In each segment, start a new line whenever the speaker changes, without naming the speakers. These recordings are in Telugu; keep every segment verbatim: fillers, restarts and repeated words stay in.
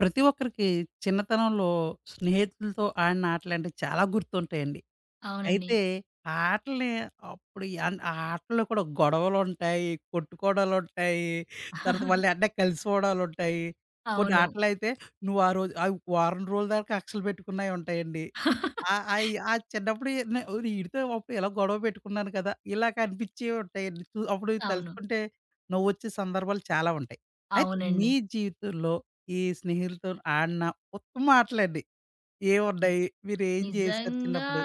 ప్రతి ఒక్కరికి చిన్నతనంలో స్నేహితులతో ఆడిన ఆటలంటే చాలా గుర్తుంటాయండి.
అవునండి.
అయితే ఆ ఆటలని అప్పుడు ఈ అన్ ఆ ఆటల్లో కూడా గొడవలుంటాయి, కొట్టుకోవడాలుంటాయి. తర్వాత మళ్ళీ అంటే కలిసిపోవడాలుంటాయి. కొన్ని
అవును.
ఆటలైతే నువ్వు ఆ రోజు అవి వారం రోజుల దాకా అక్షలు పెట్టుకున్నయి ఉంటాయండి. ఆహ్, అయి ఆ చిన్నప్పుడు ఈ- నే ఈడితో అప్పుడు ఇలా గొడవ పెట్టుకున్నాను కదా! ఇలాగ అనిపించేవి ఉంటాయండి. చు అప్పుడు
అవును.
తలుచుకుంటే నవ్వొచ్చే సందర్భాలు చాలా ఉంటాయి. అయితే
అవునండి.
మీ జీవితంలో ఈ స్నేహితులతో ఆడిన ఉత్తమ ఆటలండి
ని
ఏవున్నాయి? మీరేం చేశారు
నిజంగా
చిన్నప్పుడు?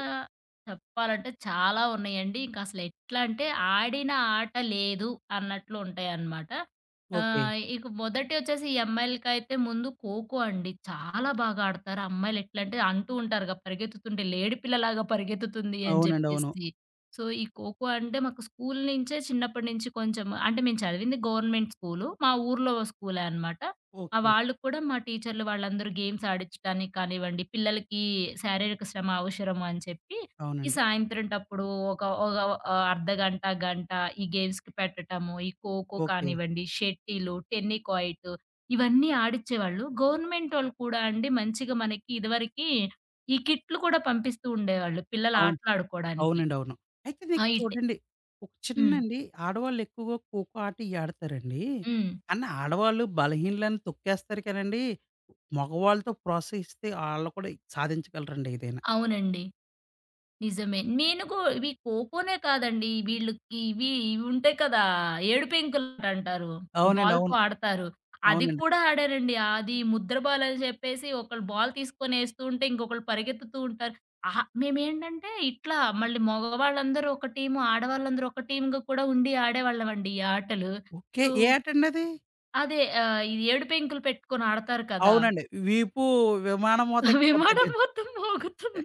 చెప్పాలంటే చాలా ఉన్నాయండి. ఇంకసలు ఎట్లా అంటే ఆడిన ఆట లేదు అన్నట్లు ఉంటాయన్నమాట.
ఓకే.
ఆహ్, ఇక మొదటి వచ్చేసి ఈ అమ్మాయిలకైతే ముందు ఖోఖో అండి. చాలా బాగా ఆడతారు. అమ్మాయిలు ఎట్లంటే అంటూ ఉంటారుగా, పరిగెత్తుతుంటే లేడి పిల్లలాగా పరిగెత్తుతుంది అని
అవునండి, అవును.
చెప్పేసి. సో, ఈ ఖోఖో అంటే మాకు స్కూల్ నుంచే, చిన్నప్పటి నుంచి కొంచెం, అంటే మేము చదివింది గవర్నమెంట్ స్కూలు. మా ఊర్లో స్కూలే అనమాట. ఆ!
ఓకే.
వాళ్ళు కూడా, మా టీచర్‌లు వాళ్ళందరూ గేమ్స్ ఆడించడానికి కానివ్వండి, పిల్లలకి శారీరక శ్రమ అవసరం అని చెప్పి, ఈ
అవునండి.
సాయంత్రం టప్పుడు ఒక ఒక ఆహ్, అర్ధగంట, గంట ఈ గేమ్స్‌కి పెట్టటము. ఈ ఖోఖో
ఓకే.
కానివ్వండి, షటిలు, టెన్నికాయిట్ ఇవన్నీ ఆడిచ్చేవాళ్ళు. గవర్నమెంటోళ్ళు కూడా అండి మంచిగా మనకి ఇదివరకి ఈ కిట్లు కూడా పంపిస్తూ ఉండేవాళ్ళు పిల్లలు
అవును.
ఆటలాడుకోడానికి.
అవునండి, అవును. అయితే
ఆ!
నాకిక్కడ
ఇట్
ఒకటండి, ఒక
హ్మ్.
చిన్నండి, ఆడవాళ్ళు ఎక్కువగా ఖోఖో ఆట ఇయి ఆడతారండి.
హ్మ్.
కానీ ఆడవాళ్ళు బలహీనలని తొక్కేస్తారు కానండి, మగవాళ్ళతో ప్రోత్సహిస్తే ఆళ్ళు కూడా సాధించగలరండి ఏదైనా.
అవునండి. నిజమే. నేను కూ ఇవి ఖోఖోనే కాదండి. వీళ్ళకి ఇవి ఇవి ఉంటాయి కదా! ఏడుపెంకులాటంటారు.
అవునండి,
బాల్‌తో
అవును.
ఆడతారు. అది
అవునండి.
కూడా ఆడారండి. అది ముద్ర బాలని చెప్పేసి ఒకళ్ళు బాల్ తీసుకొనేస్తూ ఉంటే ఇంకొకళ్ళు పరిగెత్తుతూ ఉంటారు. అహా! మేమేంటంటే ఇట్లా మళ్ళీ మగవాళ్ళందరూ ఒక టీము, ఆడవాళ్ళందరూ ఒక టీమ్‌గా కూడా ఉండి ఆడేవాళ్ళమండి ఈ ఆటలు.
ఓకే.
సో,
ఏ ఆటండి అది?
అదే ఆహ్, ఇది ఏడు పెంకులు పెట్టుకొని ఆడతారు కదా!
అవునండి. వీపు విమానం మోత
విమానం
ఎక్కిపోద్దండి.
మొత్తం మోగుతుంది.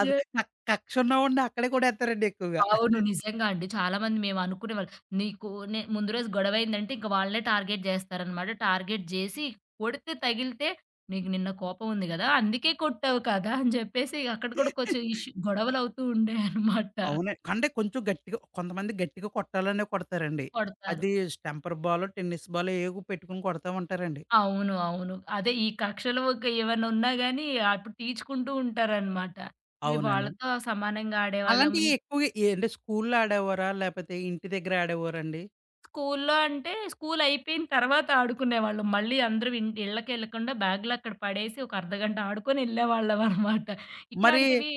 అది క కక్ష ఉన్నవాడిని అక్కడే కొడేత్తారండి ఎక్కువగా.
అవును. నిజంగా అండి. చాలా మంది మేమనుకునేవాళ్ళు. నీకు నే ముందు రోజు గొడవయిందంటే ఇంక వాళ్ళనే టార్గెట్ జేస్తారనమాట. టార్గెట్ జేసి కొడితే తగిలితే, "నీకు నిన్న కోపం ఉంది గదా! అందుకే కొట్టావు కదా!" అని జెప్పేసి అక్కడ కూడా కొంచెం ఇష్యూ గొడవలవుతూ ఉండేయనమాట.
అవునండి. అంటే కొంచెం గట్టిగా, కొంతమంది గట్టిగా కొట్టాలనే కొడతారండి.
కొడతారు.
అది స్టంపర్ బాలో, టెన్నిస్ బాలో ఏవో పెట్టుకొని కొడతా ఉంటారండి.
అవును. అవును. అదే ఈ కక్షలు ఒక ఏమన్నా ఉన్నా గానీ అప్పుడు తీర్చుకుంటూ ఉంటారనమాట. ఇవి
అవునండి.
వాళ్ళతో సమానంగా ఆడేవాళ్ళం. ఈ
అలాంటియి ఎక్కువగా ఏ అంటే స్కూల్‌లో ఆడేవారా? లేపోతే ఇంటి దగ్గర ఆడేవారండి?
స్కూల్లో అంటే, స్కూల్ అయిపోయిన తర్వాత ఆడుకునేవాళ్ళం. మళ్ళీ అందరం ఇన్ ఇళ్ళకెళ్ళకుండా బ్యాగ్‌లు అక్కడ పడేసి ఒక అర్ధగంట ఆడుకొని ఎళ్ళేవాళ్ళమనమాట.
మరి
ఇట్లాంటివి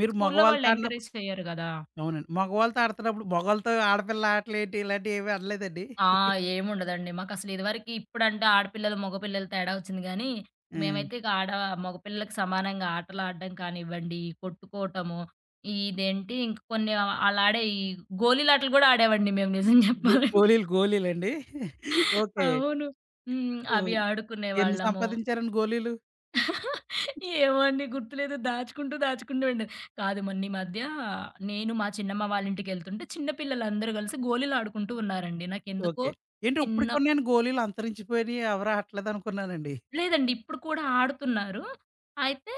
మీరు
స్కూల్లో వాళ్ళు
మగవాళ్ళతో ఆడినప్పుడు
ఎంకరేజ్ చెయ్యరు గదా!
అవునండి, మగవాళ్ళతో ఆడుతున్నప్పుడు మగోళ్ళతో ఆడపిల్ల ఆటలేంటి ఇలాంటియేవి ఆడలేదండి?
ఆ! ఏముండదండి. మాకసలు ఇదివరకి, ఇప్పుడంటే ఆడపిల్లలు, మగపిల్లలు తేడా వచ్చింది గానీ,
ఆ!
మేమైతే ఇక ఆడ మగపిల్లలకి సమానంగా ఆటలాడడం కానివ్వండి, కొట్టుకోవటము, ఈ ఇదేంటి ఇంక కొన్ని ఆళ్ళాడే ఈ గోలీలాటలు గూడా ఆడేవండి మేము నిజం
గో
జెప్పాలంటే.
గోలీలు గోలీలండి? ఓకే.
అవును. హ్మ్. అవి
ఓహ్! ఎన్ని
ఆడుకునేవాళ్ళము.
సంపాదించారండి గోలీలు?
ఏమో అండి గుర్తులేదు. దాచుకుంటూ, దాచుకుంటూ ఉండేది. కాదు, మొన్న ఈ మధ్య నేను మా చిన్నమ్మ వాళ్ళ ఇంటికెళ్తుంటే చిన్న పిల్లలందరూ కలిసి గోలీలాడుకుంటూ ఉన్నారండి. నాకెందుకో
ఓకే. ఏంటి
చిన్న
ఇప్పటికి ఉన్నాయండి గోలీలు? అంతరించిపోయినయి, ఎవరు ఆడట్లేదనుకున్నానండి.
లేదండి, ఇప్పుడు కూడా ఆడుతున్నారు. అయితే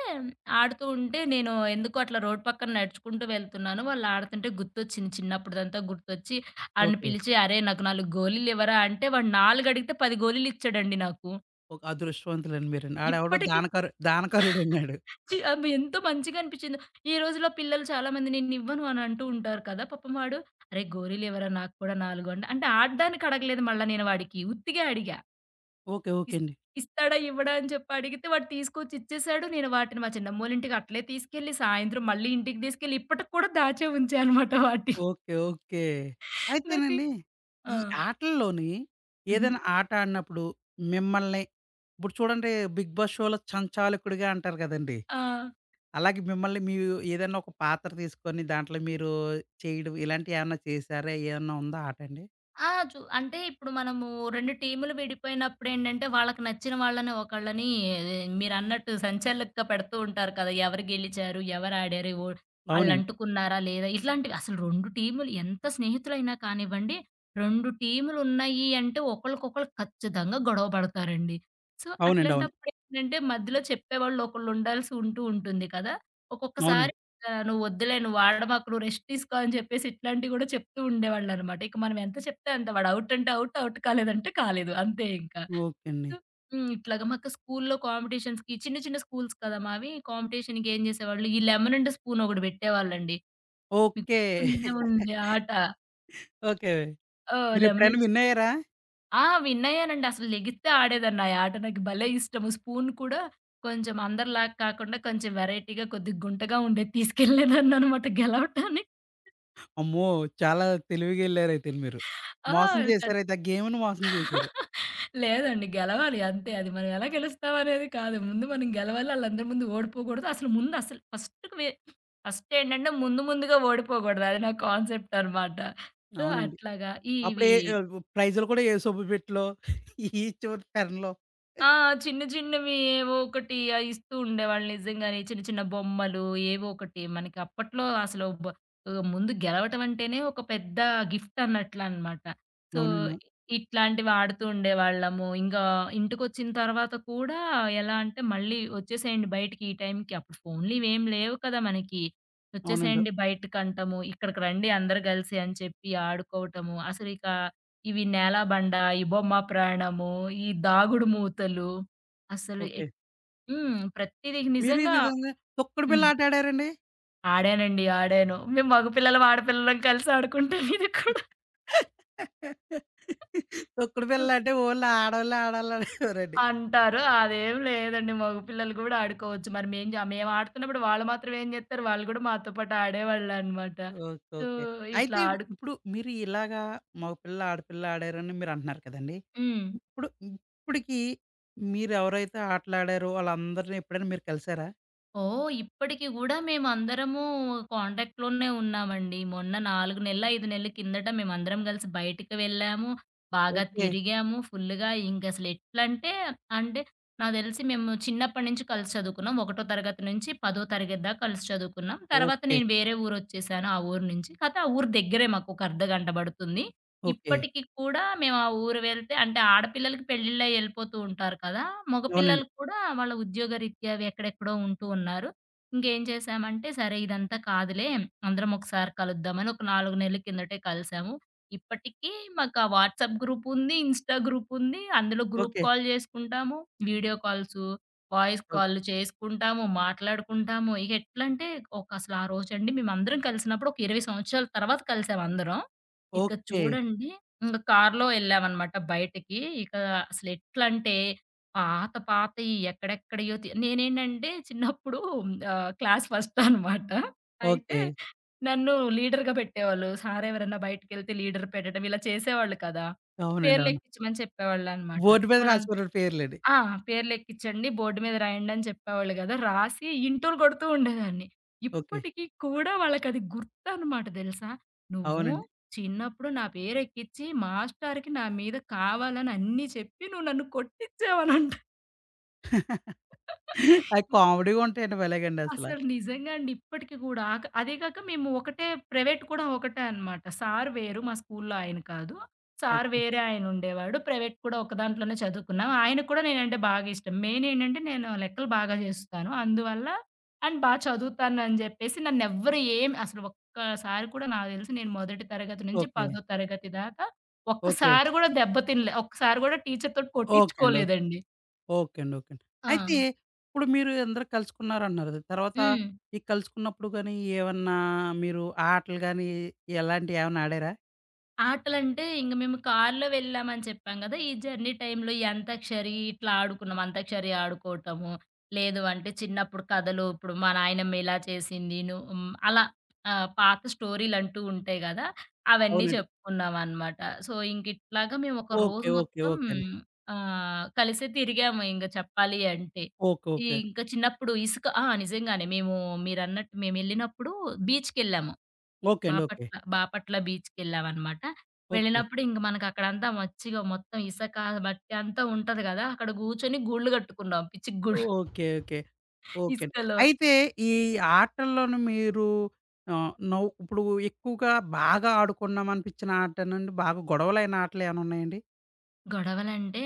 ఆడుతూ ఉంటే, నేను ఎందుకో అట్లా రోడ్ పక్కన నడుచుకుంటూ వెళ్తున్నాను. వాళ్ళు ఆడుతుంటే గుర్తొచ్చింది, చిన్నప్పుడుదంతా గుర్తొచ్చి ఆడిని
ఓకే.
పిలిచి, "అరేయ్! నాకు నాలుగు గోలీలివ్వరా" అంటే, వాడు నాలుగు అడిగితే పది గోలీలిచ్చాడండి నాకు.
ఒక అదృష్టవంతులండి మీరండి. ఆడెవడో
ఇప్పటికి
దానకారు, దానకారుడన్నాడు.
చి అబ్బ! ఎంత మంచిగా అనిపించిందో. ఈ రోజుల్లో పిల్లలు చాలామంది "నేనివ్వను" అని అంటూ ఉంటారు కదా! పాపం వాడు, "అరే! గోరీలు ఇవ్వరా నాకు కూడా నాలుగు" అంటే, అంటే ఆడడానికి అడగలేదు మళ్ళా నేను వాడికి. ఉత్తిగే అడిగా.
ఓకే.
ఇస్
ఓకే అండి.
ఇస్తాడా? ఇవ్వడా? అని చెప్పి అడిగితే, వాడు తీసుకొచ్చి ఇచ్చేసాడు. నేను వాటిని మా చిన్నమ్మోళ్ళింటికి అట్లే తీసుకెళ్ళి, సాయంత్రం మళ్ళీ ఇంటికి తీసుకెళ్ళి ఇప్పటికి కూడా దాచే ఉంచా అనమాట వాటిని.
ఓకే. ఓకే.
నాకు
అయితేనండి,
ఆ!
ఈ ఆటల్లోని
హుహు.
ఏదైనా ఆట ఆడినప్పుడు మిమ్మల్ని ఇప్పుడు చూడండి, 'బిగ్ బాస్' షోలో సంచాలకుడిగా అంటారు కదండీ!
ఆ!
అలాగే మిమ్మల్ని మీరు ఏదైనా ఒక పాత్ర తీసుకొని దాంట్లో మీరు చేయడం ఇలాంటియేమన్నా చేసారా? ఏమన్నా ఉందా ఆట అండి?
ఆ! చు అంటే ఇప్పుడు మనము రెండు టీములు విడిపోయినప్పుడేంటంటే, వాళ్ళకి నచ్చిన వాళ్ళని ఒకళ్ళని మీరన్నట్టు సంచాలకుగా పెడుతూ ఉంటారు కదా! ఎవరు గెలిచారు? ఎవరు ఆడారు? ఓ
అవునండి.
ఆళ్ళంటుకున్నారా? లేదా? ఇట్లాంటివి అసలు, రెండు టీములు ఎంత స్నేహితులైనా కానివ్వండి, రెండు టీములున్నాయి అంటే ఒకళ్ళకొకళ్ళు ఖచ్చితంగా గొడవ పడతారండి. సో,
అవునండి, అవును.
అట్లాంటప్పుడేంటంటే మధ్యలో చెప్పేవాళ్ళు ఒకళ్ళు ఉండాల్సి ఉంటూ ఉంటుంది కదా! ఒక్కొక్కసారి
అవునండి.
ఆ! "నువ్వొద్దులే, నువ్వు వాడమాకు, నువ్వు రెస్ట్ తీసుకో" అని చెప్పేసి ఇట్లాంటివి గూడా చెప్తూ ఉండేవాళ్ళనమాట. ఇక మనం ఎంత చెప్తే అంత. వాడు ఔట్ అంటే ఔట్, ఔట్ కాలేదంటే కాలేదు. అంతే ఇంకా.
ఓకే అండి.
సో, హ్మ్. ఇట్లాగా మాకు స్కూలులో కాంపిటీషన్స్‌కి, చిన్న చిన్న స్కూల్స్ కదా మావి. కాంపిటీషన్‌కి ఏం జేసేవాళ్ళు, ఈ లెమన్ అండ్ స్పూన్ ఒకటి పెట్టేవాళ్ళండి. మీకు
ఓకే.
గుర్తుండే ఉండే ఆట.
ఓకే.
ఓహ్! లెమన్
మీరెప్పుడైనా
అండ్ స్పూ
విన్ అయ్యారా?
ఆ! విన్ అయ్యానండి. అసలు లెగిత్తే ఆడేదాన్ని. ఆ ఆట నాకు భలే ఇష్టము. స్పూన్ కూడా కొంచెం అందరిలాగా కాకుండా, కొంచెం వెరైటీగా కొద్దిగా గుంటగా ఉండేది తీసుకెళ్ళేదాన్ననమాట గెలవటానికి.
అమ్మో! చాలా తెలివిగెళ్లారైతే మీరు.
ఆ!
మోసం
కత్
చేశారైతే, ఆ గేమ్‌ని మోసం చేశారు.
లేదండి. గెలవాలి అంతే. అది మనం ఎలా గెలుస్తాం అనేది కాదు. ముందు మనం గెలవాలి. ఆళ్ళందరి ముందు ఓడిపోకూడదు. అసలు ముందు అసలు ఫస్ట్ వే ఫస్ట్ ఏంటంటే ముందు, ముందుగా ఓడిపోకూడదు. అది నా కాన్సెప్ట్ అనమాట. సో,
అవునండి.
అట్లాగా
అప్పుడే
ఇవి
ఆహ్, ప్రైజ్‌లు కూడా ఏసోబుబిట్లో ఈ చివరి టర్న్‌లో.
ఆ! చిన్న చిన్నవి ఏవో ఒకటి ఆహ్, ఇస్తూ ఉండేవాళ్ళు నిజంగానే. చిన్న చిన్న బొమ్మలు ఏవో ఒకటి. మనకి అప్పట్లో అసలు బ ఆహ్, ముందు గెలవటం అంటేనే ఒక పెద్ద గిఫ్ట్ అన్నట్లనమాట. సో,
అవునండి.
ఇట్లాంటివి ఆడుతూ ఉండేవాళ్ళము. ఇంకా ఇంటికొచ్చిన తర్వాత కూడా ఎలా అంటే, మళ్ళీ వచ్చేసేయండి బయటికి ఈ టైంకి. అప్పుడు ఫోన్‌లు ఇవేం లేవు కదా మనకి.
అవునండి.
వచ్చేసేయండి బయటకంటము. ఇక్కడికి రండి అందరూ కలిసి అని చెప్పి ఆడుకోవటము. అసలిక ఇవి 'నేలబండ', ఈ 'బొమ్మ ప్రాణము', ఈ 'దాగుడు మూతలు' అసలు
ఓకే.
ఎట్ హ్మ్. ప్రతీదీ
మీరు ఇది
నిజంగా
విధంగా తొక్కుడు
హ్మ్.
బిళ్ళ ఆట ఆడారండి?
ఆడానండి. ఆడాను. మేము మగపిల్లలం, ఆడపిల్లలం కలిసి ఆడుకుంటాం ఇది కూడా.
తొక్కుడు బిళ్ళ అంటే ఓన్లీ ఆడోళ్ళే ఆడాలనేవారండి.
అంటారు. అదేం లేదండి. మగపిల్లలు గూడా ఆడుకోవచ్చు. మరి మేం జ మేము ఆడుతున్నప్పుడు వాళ్ళు మాత్రం ఏం జేత్తారు, వాళ్ళు గూడా మాతో పాటు ఆడేవాళ్ళనమాట.
ఓకే.
So,
okay.
ఇట్లా
అయితే
ఆడు
ఇప్పుడు మీరు ఇలాగా మగపిల్ల, ఆడపిల్ల ఆడారని మీరంటున్నారు కదండీ!
హ్మ్.
ఇప్పుడు ఇప్పటికి మీరెవరైతే ఆటలాడారో ఆళ్ళందరిని ఎప్పుడైనా మీరు కలిసారా?
ఓహ్! ఇప్పటికి గూడా మేమందరము కాంటాక్ట్‌లోనే ఉన్నామండి. మొన్న నాలుగు నెల్ల, ఐదు నెల్ల కిందట మేమందరం కలిసి బయటికి వెళ్ళాము. బాగా
ఓకే.
తిరిగాము ఫుల్‌గా. ఇంకసలు ఎట్లంటే, అంటే అంటే నాకు తెలిసి మేము చిన్నప్పటి నుంచి కలిసి చదువుకున్నాం. మొదటి తరగతి నుంచి పదవ తరగతి దాకా కలిసి చదువుకున్నాం. తర్వాత
ఓకే.
నేను వేరే ఊరొచ్చేసాను ఆ ఊరు నుంచి. కాతే ఆ ఊరు దగ్గరే, మాకు ఒక అర్ధగంట పడుతుంది.
ఓకే.
ఇప్పటికి కూడా మేము ఆ ఊరు వెళ్తే, అంటే ఆడపిల్లలకి పెళ్ళిళ్ళయి ఎళ్ళిపోతూ ఉంటారు కదా!
అవునండి.
మగపిల్లలు కూడా వాళ్ళ ఉద్యోగరీత్యా అవి ఎక్కడెక్కడో ఉంటూ ఉన్నారు. ఇంకేం చేశామంటే, సరే ఇదంతా కాదులే, అందరం ఒకసారి కలుద్దామని ఒక నాలుగు నెలల కిందటే కలిసాము. ఇప్పటికీ మాకా వాట్సాప్ గ్రూపుంది, ఇన్‌స్టా గ్రూపుంది. అందులో గ్రూప్
ఓకే.
కాల్ చేసుకుంటాము, వీడియో కాల్సు, వాయిస్
ఓ
కాల్లు చేసుకుంటాము, మాట్లాడుకుంటాము. ఇగ ఎట్లంటే, ఒక అసలు ఆ రోజండి మేమందరం కలిసినప్పుడు ఒక ఇరవై సంవత్సరాల తర్వాత కలిసామందరం. ఇక
ఓకే.
చూడండి, ఇంక కార్‌లో ఎళ్ళామనమాట బయటికి. ఇక అసలెట్లంటే, పాత పాతయి ఎక్కడెక్కడియో తి నేనేంటంటే చిన్నప్పుడు ఆహ్, క్లాస్ ఫస్ట్ అనమాట. అయితే
ఓకే.
నన్ను లీడర్‌గా పెట్టేవాళ్ళు. సార్ ఎవరైనా బయటికెళ్తే లీడర్ పెట్టడం ఇలా చేసేవాళ్ళు కదా!
అవునండి, అవును.
పేర్లెక్కించమని చెప్పేవాళ్ళనమాట.
బోర్డ్ మీద
వాళ్ళం
రాసేవారండి పేర్లండి.
ఆ! పేర్లెక్కించండి, బోర్డ్ మీద రాయండని చెప్పేవాళ్ళు గదా! రాసి ఇంటులు కొడుతూ ఉండేదాన్ని.
ఓకే.
ఇప్పటికి కూడా వాళ్ళకది గుర్తనమాట, దెలుసా? "నువ్వు
అవునండి.
చిన్నప్పుడు నా పేరెక్కిచ్చి మాస్టారుకి నా మీద కావాలని అన్నీ చెప్పి నువ్వు నన్ను కొట్టిచ్చావనంట."
అయి కామెడీ‌గా ఉంటాయండి భలేగండి అసల.
అసలు నిజంగా అండి. ఇప్పటికి గూడా ఆక అదే కాక మేము ఒకటే, ప్రైవేట్ కూడా ఒకటే అనమాట. సార్ వేరు, మా స్కూల్‌లో ఆయన కాదు. Sir
okay.
వేరే ఆయనుండేవాడు. ప్రైవేట్ కూడా ఒక దాంట్లోనే చదువుకున్నాం. ఆయనకు కూడా నేనంటే బాగా ఇష్టం. మెయిన్ ఏంటంటే, నేను లెక్కలు బాగా చేస్తాను. అందువల్ల అండ్ బా చదువుతానని జెప్పేసి, నన్నెవ్వరు ఏం అసలు ఒక్కసారి కూడా, నాకు తెలిసి నేను మొదటి తరగతి నుంచి
ఓకే.
పదో తరగతి దాకా
ఓకే.
ఒక్కసారి గూడా దెబ్బ తినలే. ఒక్కసారి గూడా టీచర్‌తోటి
ఓకే అండి.
కొట్టించుకోలేదండి.
ఓకే అండి. ఓకే అండి. అయితే
ఆ!
ఇప్పుడు మీరు అందరూ కలుసుకున్నారన్నారు. తర్వాత
హ్మ్.
ఈ కలుసుకున్నప్పుడు గాని ఏమన్నా మీరు ఆటలు గాని ఎలాంటివి ఏమన్నా ఆడారా?
ఆటలంటే ఇంక మేము కారులో వెళ్ళామని చెప్పాం గదా! ఈ జర్నీ టైమ్‌లో ఈ అంతాక్షరి ఇట్లా ఆడుకున్నాం. అంతాక్షరి ఆడుకోవటము. లేదు అంటే, చిన్నప్పుడు కథలు ఇప్పుడు మా నాయనమ్మ ఇలా చేసింది. ను హ్మ్. అలా ఆహ్, పాత స్టోరీలంటూ ఉంటాయి గదా! అవన్నీ
అవునండి.
చెప్పుకున్నామనమాట. సో, ఇంకిట్లాగా మేము ఒక రోజు
ఓకే. ఓకే.
మొత్తం
ఓకే అండి.
ఆహ్, కలిసే తిరిగాము ఇంగ చెప్పాలి అంటే.
ఓకే.
ఈ
ఓకే.
ఇంకా చిన్నప్పుడు ఇసుక ఆ! నిజంగానే మేము, మీరన్నట్టు మేమెళ్ళినప్పుడు బీచ్‌కెళ్ళాము.
ఓకే అండి. ఓకే.
బాపట్ల, బాపట్ల బీచ్‌కెళ్ళామనమాట.
ఓకే.
వెళ్ళినప్పుడు ఇంక మనకక్కడంతా మచ్చిగ మొత్తం ఇసక, మట్టి అంతా ఉంటది గదా! అక్కడ గూర్చొని గూళ్ళు గట్టుకున్నాం. పిచ్చి గూళ్ళు
ఓకే. ఓకే. ఓకే అండి.
ఇసుకలో.
అయితే ఈ ఆటల్లోను మీరు ఆహ్, నవ్ ఇప్పుడు ఎక్కువగా బాగా ఆడుకున్నాం అనిపించిన ఆటనండి, బాగా గొడవలైన ఆటలు ఏమైనా ఉన్నాయండి?
గొడవలంటే,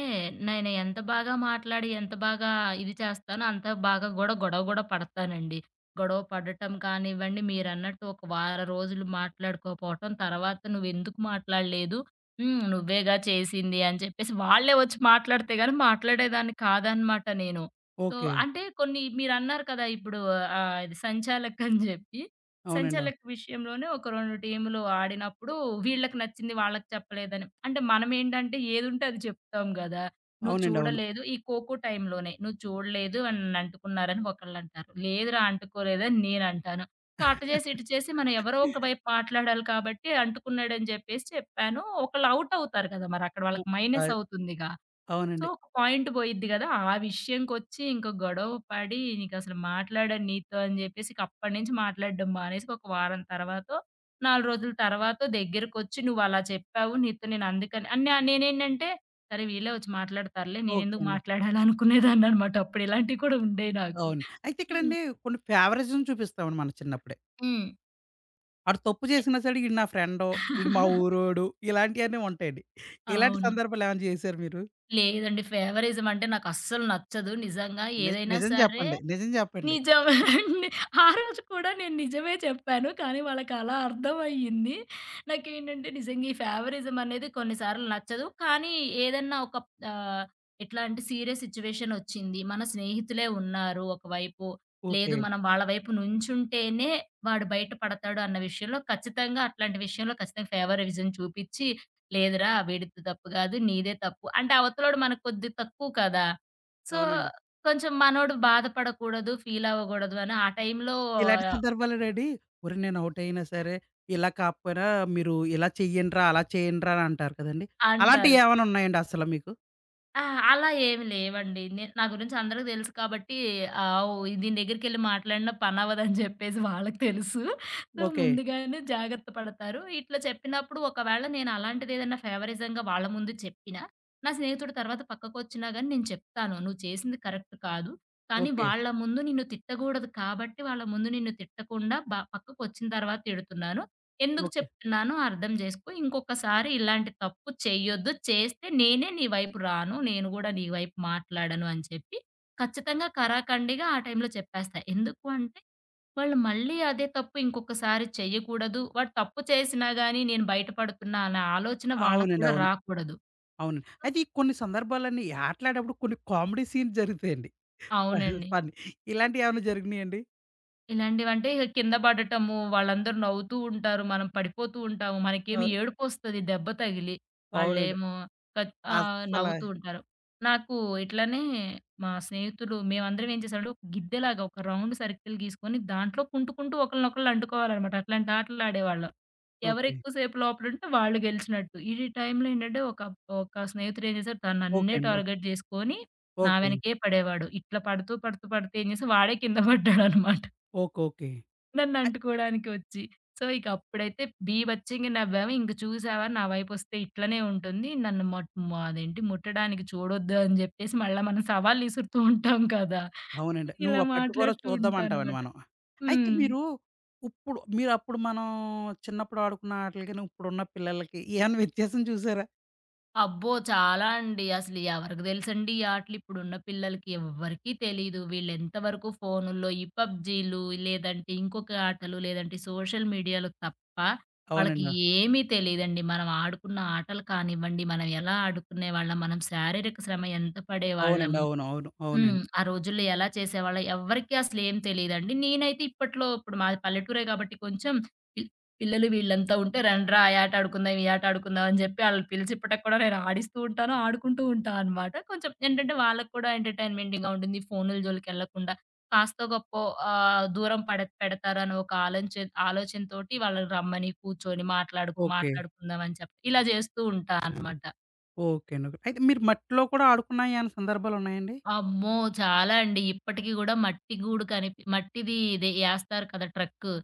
నేను ఎంత బాగా మాట్లాడి, ఎంత బాగా ఇది చేస్తానో, అంత బాగా గూడా గొడవ గూడా పడతానండి. గొడవ పడటం కానివ్వండి, మీరన్నట్టు ఒక వారం రోజులు మాట్లాడుకోపోవటం, తర్వాత, "నువ్వెందుకు మాట్లాడలేదు? హ్మ్. నువ్వేగా చేసింది" అని చెప్పేసి, వాళ్ళే వచ్చి మాట్లాడితే గాని మాట్లాడేదాన్ని కాదనమాట నేను. So,
okay.
అంటే కొన్ని మీరన్నారు కదా! ఇప్పుడు ఆహ్, ఇది సంచాలకని జెప్పి,
అవునండి, అవును.
సంచలక విషయంలోనే ఒక రెండు టీములు ఆడినప్పుడు, వీళ్ళకి నచ్చింది వాళ్ళకి చెప్పలేదని. అంటే మనమేంటంటే ఏదుంటే అది చెప్తాం గదా! "నువ్వు
అవునండి, అవును.
చూడలేదు" ఈ ఖోఖో టైంలోనే "నువ్వు చూడలేదు అని నన్నంటుకున్నారని" ఒకళ్ళంటారు. "లేదురా అంటుకోలేదని" నేనంటాను. సో, అటు చేసి ఇటు చేసి మనం ఎవరో ఒక వైపు మాట్లాడాలి కాబట్టి, అంటుకున్నాడని జెప్పేసి చెప్పాను. ఒకళ్ళు ఔట్ అవుతారు కదా! మరక్కడ
అ!
వాళ్ళకి మైనస్
అయ్
అవుతుందిగా. సో,
అవునండి.
ఒక పాయింట్ పోయిద్ది గదా! ఆ విషయంకొచ్చి ఇంక గొడవ పడి, "నీకసలు మాట్లాడను నీతో" అని జెప్పేసి ఇక అప్పటినుంచి మాట్లాడడం మానేసి, ఒక వారం తర్వాతో, నాలుగు రోజుల తర్వాతో దగ్గరకొచ్చి నువ్వలా చెప్పావు. నీతో నేనందుకని అన్ నేనేంటంటే, సరే వీళ్ళే వచ్చి మాట్లాడతారులే.
ఓకే
నేనెందుకు
అండి.
మాట్లాడాలి అనుకునేదాన్ననమాట. అప్పుడు ఇలాంటివి కూడా ఉండేయి నాకు.
అవును. అయితే
హ్మ్.
ఇక్కడండి కొన్ని ఫేవరిజం చూపిస్తామండి మనం చిన్నప్పుడే.
హ్మ్.
ఆడు తప్పు చేసినా సరే ఈడు నా ఫ్రెండు, ఈడు మా ఊరోడు, ఇలాంటియన్నీ ఉంటాయండి. ఇలాంటి
అవును.
సందర్భాలు ఏమైనా చేశారా మీరు?
లేదండి, ఫేవరిజం అంటే నాకస్సలు నచ్చదు. నిజంగా
ని
ఏదైనా
నిజం
సరే,
చెప్పండి. నిజం చెప్పండి.
నిజమే అండి. ఆ రోజు కూడా నేను నిజమే చెప్పాను. కానీ వాళ్ళకలా అర్థమయ్యింది. నాకేంటంటే, నిజంగా ఈ ఫేవరిజం అనేది కొన్నిసార్లు నచ్చదు. కానీ ఏదన్నా ఒక ఆహ్, ఎట్లా అంటే, సీరియస్ సిట్యుయేషన్ వచ్చింది. మన స్నేహితులే ఉన్నారు ఒకవైపు. లేదు,
ఓకే.
మనం వాళ్ళ వైపు నుంచుంటేనే వాడు బయట పడతాడు అన్న విషయంలో ఖచ్చితంగా, అట్లాంటి విషయంలో ఖచ్చితంగా ఫేవరిజం చూపిచ్చి, "లేదురా వీడిది తప్పు కాదు. నీదే తప్పు." అంటే అవతలోడు మనకు కొద్దిగా తక్కువ కదా! సో,
అవునండి.
కొంచెం మనోడు బాధపడకూడదు, ఫీలవ్వగూడదు అని ఆ టైంలో
ఇలాంటి సందర్భాల్లోనండి ఒరేయ్! నేను ఔట్ అయినా సరే, ఇలా కాకపోయినా మీరు ఇలా చెయ్యండిరా, అలా చేయండిరా అని అంటారు కదండీ.
అంటారు.
అలాంటియేమైనా ఉన్నాయండి అసల మీకు?
అహా! అలా ఏమి లేవండి. నే నా గురించి అందరికి తెలుసు కాబట్టి, ఆవ్ దీని దగ్గరికెళ్ళి మాట్లాడినా పనవ్వదని చెప్పేసి వాళ్ళకి తెలుసు. So,
okay.
ముందుగానే జాగ్రత్త పడతారు. ఇట్లా చెప్పినప్పుడు ఒకవేళ నేను అలాంటిదేదైనా ఫేవరిజంగా వాళ్ళ ముందు చెప్పినా, నా స్నేహితుడు తర్వాత పక్కకొచ్చినా గాని నేను చెప్తాను, "నువ్వు చేసింది కరెక్ట్ కాదు. కానీ
ఓకే.
వాళ్ళ ముందు నిన్ను తిట్టగూడదు కాబట్టి, వాళ్ళ ముందు నిన్ను తిట్టకుండా బ పక్కకొచ్చిన తర్వాత తిడుతున్నాను. ఎందుకు
ఓకే.
చెప్తున్నానో అర్థం చేసుకో. ఇంకొకసారి ఇలాంటి తప్పు చెయ్యొద్దు. చేస్తే నేనే నీ వైపు రాను. నేను గూడా నీ వైపు మాట్లాడను" అని చెప్పి ఖచ్చితంగా కరాకండిగా ఆ టైంలో చెప్పేస్తా. ఎందుకు అంటే, వాళ్ళు మళ్ళీ అదే తప్పు ఇంకొకసారి చెయ్యకూడదు. వాడు తప్పు చేసినా గానీ నేను బయట పడుతున్నా అనే ఆలోచన
ఆ!
వాళ్ళకి
అవునండి,
కూడా
అవును.
రాకూడదు.
అవునండి.
సో,
అయితే ఈ కొన్ని సందర్భాలన్నీ ఈ ఆటలాడేప్పుడు కొన్ని కామెడీ సీన్స్ జరుగుతాయండి.
అవునండి.
ఫన్నీ. ఇలాంటియేమన్నా జరిగినియండి?
ఇలాంటివంటే ఇగ కింద పడటము, వాళ్ళందరూ నవ్వుతూ ఉంటారు. మనం పడిపోతూ ఉంటాము.
ఆ!
మనకేమి ఏడుపొస్తది దెబ్బ తగిలి.
అవునండి.
వాళ్ళేమో కత్ ఆహ్,
అస్సల
నవ్వుతూ ఉంటారు. నాకు ఇట్లనే మా స్నేహితులు మేమందరం ఏం చేసామంటే, ఒక గిద్దెలాగా ఒక రౌండ్ సర్కిల్ గీసుకొని దాంట్లో కుంటుకుంటూ ఒకళ్ళనొకళ్ళు అంటుకోవాలనమాట. అట్లాంటి ఆటలు ఆడేవాళ్ళం.
ఓకే.
ఎవరెక్కువ సేపు లోపలుంటే వాళ్ళు గెలిచినట్టు. ఈ టైంలో ఏంటంటే ఒక ఒక స్నేహితుడు ఏం చేశాడు, తను
ఓకే
నన్నే
అండి. ఓకే.
టార్గెట్ చేసుకొని నా
ఓకే.
వెనకే పడేవాడు. ఇట్లా పడుతూ, పడుతూ, పడుతూ ఏం చేసి వాడే కింద పడ్డాడనమాట.
ఓకే. ఓకే. అయ్
నన్నంటుకోవడానికి వచ్చి. సో, ఇక అప్పుడైతే బీభత్సంగా నవ్వాము. ఇంక, "చూసావా నా వైపొస్తే ఇట్లనే ఉంటుంది. నన్ను మట్ మ అదేంటి ముట్టడానికి చూడొద్దు" అని జెప్పేసి, మళ్ళా మనం సవాళ్ళు ఇసురుతూ ఉంటాం కదా!
అవునండి. నువ్వు
ఇలా
ఆ పట్టుకోరా
మాట్లాడుతూ
చూద్దాం అంటావండి
ఉంటానమాట.
మనం. అయితే
హ్మ్.
మీరు ఉప్పుడు మీరప్పుడు మనం చిన్నప్పుడు ఆడుకున్న ఆటలకిను, ఇప్పుడున్న పిల్లలకి ఏమన్నా వ్యత్యాసం చూసారా?
అబ్బో! చాలా అండి. అసలు ఎవరికి తెలుసండి ఈ ఆటలు, ఇప్పుడున్న పిల్లలకి ఎవ్వరికీ తెలీదు. వీళ్ళెంత వరకు ఫోనుల్లో ఈ పబ్‌జీలు, లేదంటే ఇంకొక ఆటలు, లేదంటే సోషల్ మీడియాలు తప్ప వాళ్ళకి
అవునండి.
ఏమీ తెలీదండి. మనం ఆడుకున్న ఆటలు కానివ్వండి, మనం ఎలా ఆడుకునేవాళ్ళం, మనం శారీరక శ్రమ ఎంత పడేవాళ్ళం,
అవునండి, అవును, అవును.
హ్మ్.
అవునండి.
ఆ రోజుల్లో ఎలా చేసేవాళ్ళో ఎవ్వరికీ అసలేం తెలీదండి. నేనైతే ఇప్పట్లో, ఇప్పుడు మాది పల్లెటూరే కాబట్టి కొంచెం పిల్ పిల్లలు వీళ్ళంతా ఉంటే, "రండ్రా ఆ యాట ఆడుకుందాం, ఈ ఆట ఆడుకుందాం" అని చెప్పి ఆళ్ళని పిలిచి ఇప్పటికి కూడా నేను ఆడిస్తూ ఉంటాను, ఆడుకుంటూ ఉంటా అనమాట. కొంచెం ఏంటంటే, వాళ్ళకి కూడా ఎంటర్‌టైన్‌మెంటింగ్‌గా ఉంటుంది. ఫోనుల జోలికెళ్ళకుండా కాస్తో గొప్పో ఆహ్, దూరం పడ పెడతారని ఒక ఆలోచన ఆలోచనతోటి వాళ్ళని రమ్మని, కూర్చొని మాట్లాడుకు
ఓకే.
మాట్లాడుకుందాం అని చెప్పి ఇలా చేస్తూ ఉంటా అనమాట.
ఓకే అండి. ఓకే. అయితే మీరు మట్టిలో కూడా ఆడుకున్న ఏమన్నా సందర్భాలున్నాయండి?
అమ్మో! చాలా అండి. ఇప్పటికి గూడా మట్టి గూడు కనిపి మట్టిది ఇది ఏస్తారు కదా! ట్రక్కు.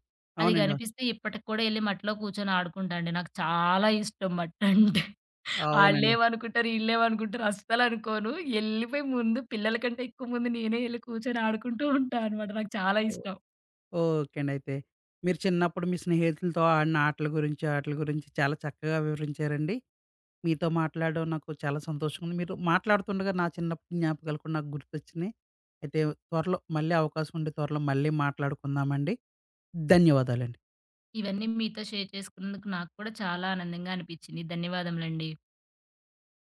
అది
అవునండి, అవును.
గనిపిస్తే ఇప్పటికి కూడా ఎళ్లి మట్టిలో కూర్చొని ఆడుకుంటా అండి. నాకు చాలా ఇష్టం మట్టంటే.
అవునండి.
ఆళ్ళేమనుకుంటారు, ఈళ్ళేమనుకుంటారు అస్సలనుకోను. ఎళ్ళిపోయి ముందు పిల్లల కంటే ఎక్కువ ముందు నేనే ఎళ్లి కూర్చొని ఆడుకుంటూ ఉంటా అనమాట. నాకు చాలా ఇష్టం.
ఓకే అండి. అయితే మీరు చిన్నప్పుడు మీ స్నేహితులతో ఆడిన ఆటల గురించి, ఆటల గురించి చాలా చక్కగా వివరించారండి. మీతో మాట్లాడడం నాకు చాలా సంతోషంగా ఉంది. మీరు మాట్లాడుతుండగా నా చిన్నప్పటి జ్ఞాపకాలు కూడా నాకు గుర్తొచ్చినాయి. అయితే త్వరలో మళ్ళీ అవకాశం ఉంటే త్వరలో మళ్ళీ మాట్లాడుకుందామండి. ధన్యవాదాలండి.
ఇవన్నీ మీతో షేర్ చేసుకున్నందుకు నాకు కూడా చాలా ఆనందంగా అనిపిచ్చింది. ధన్యవాదములండి.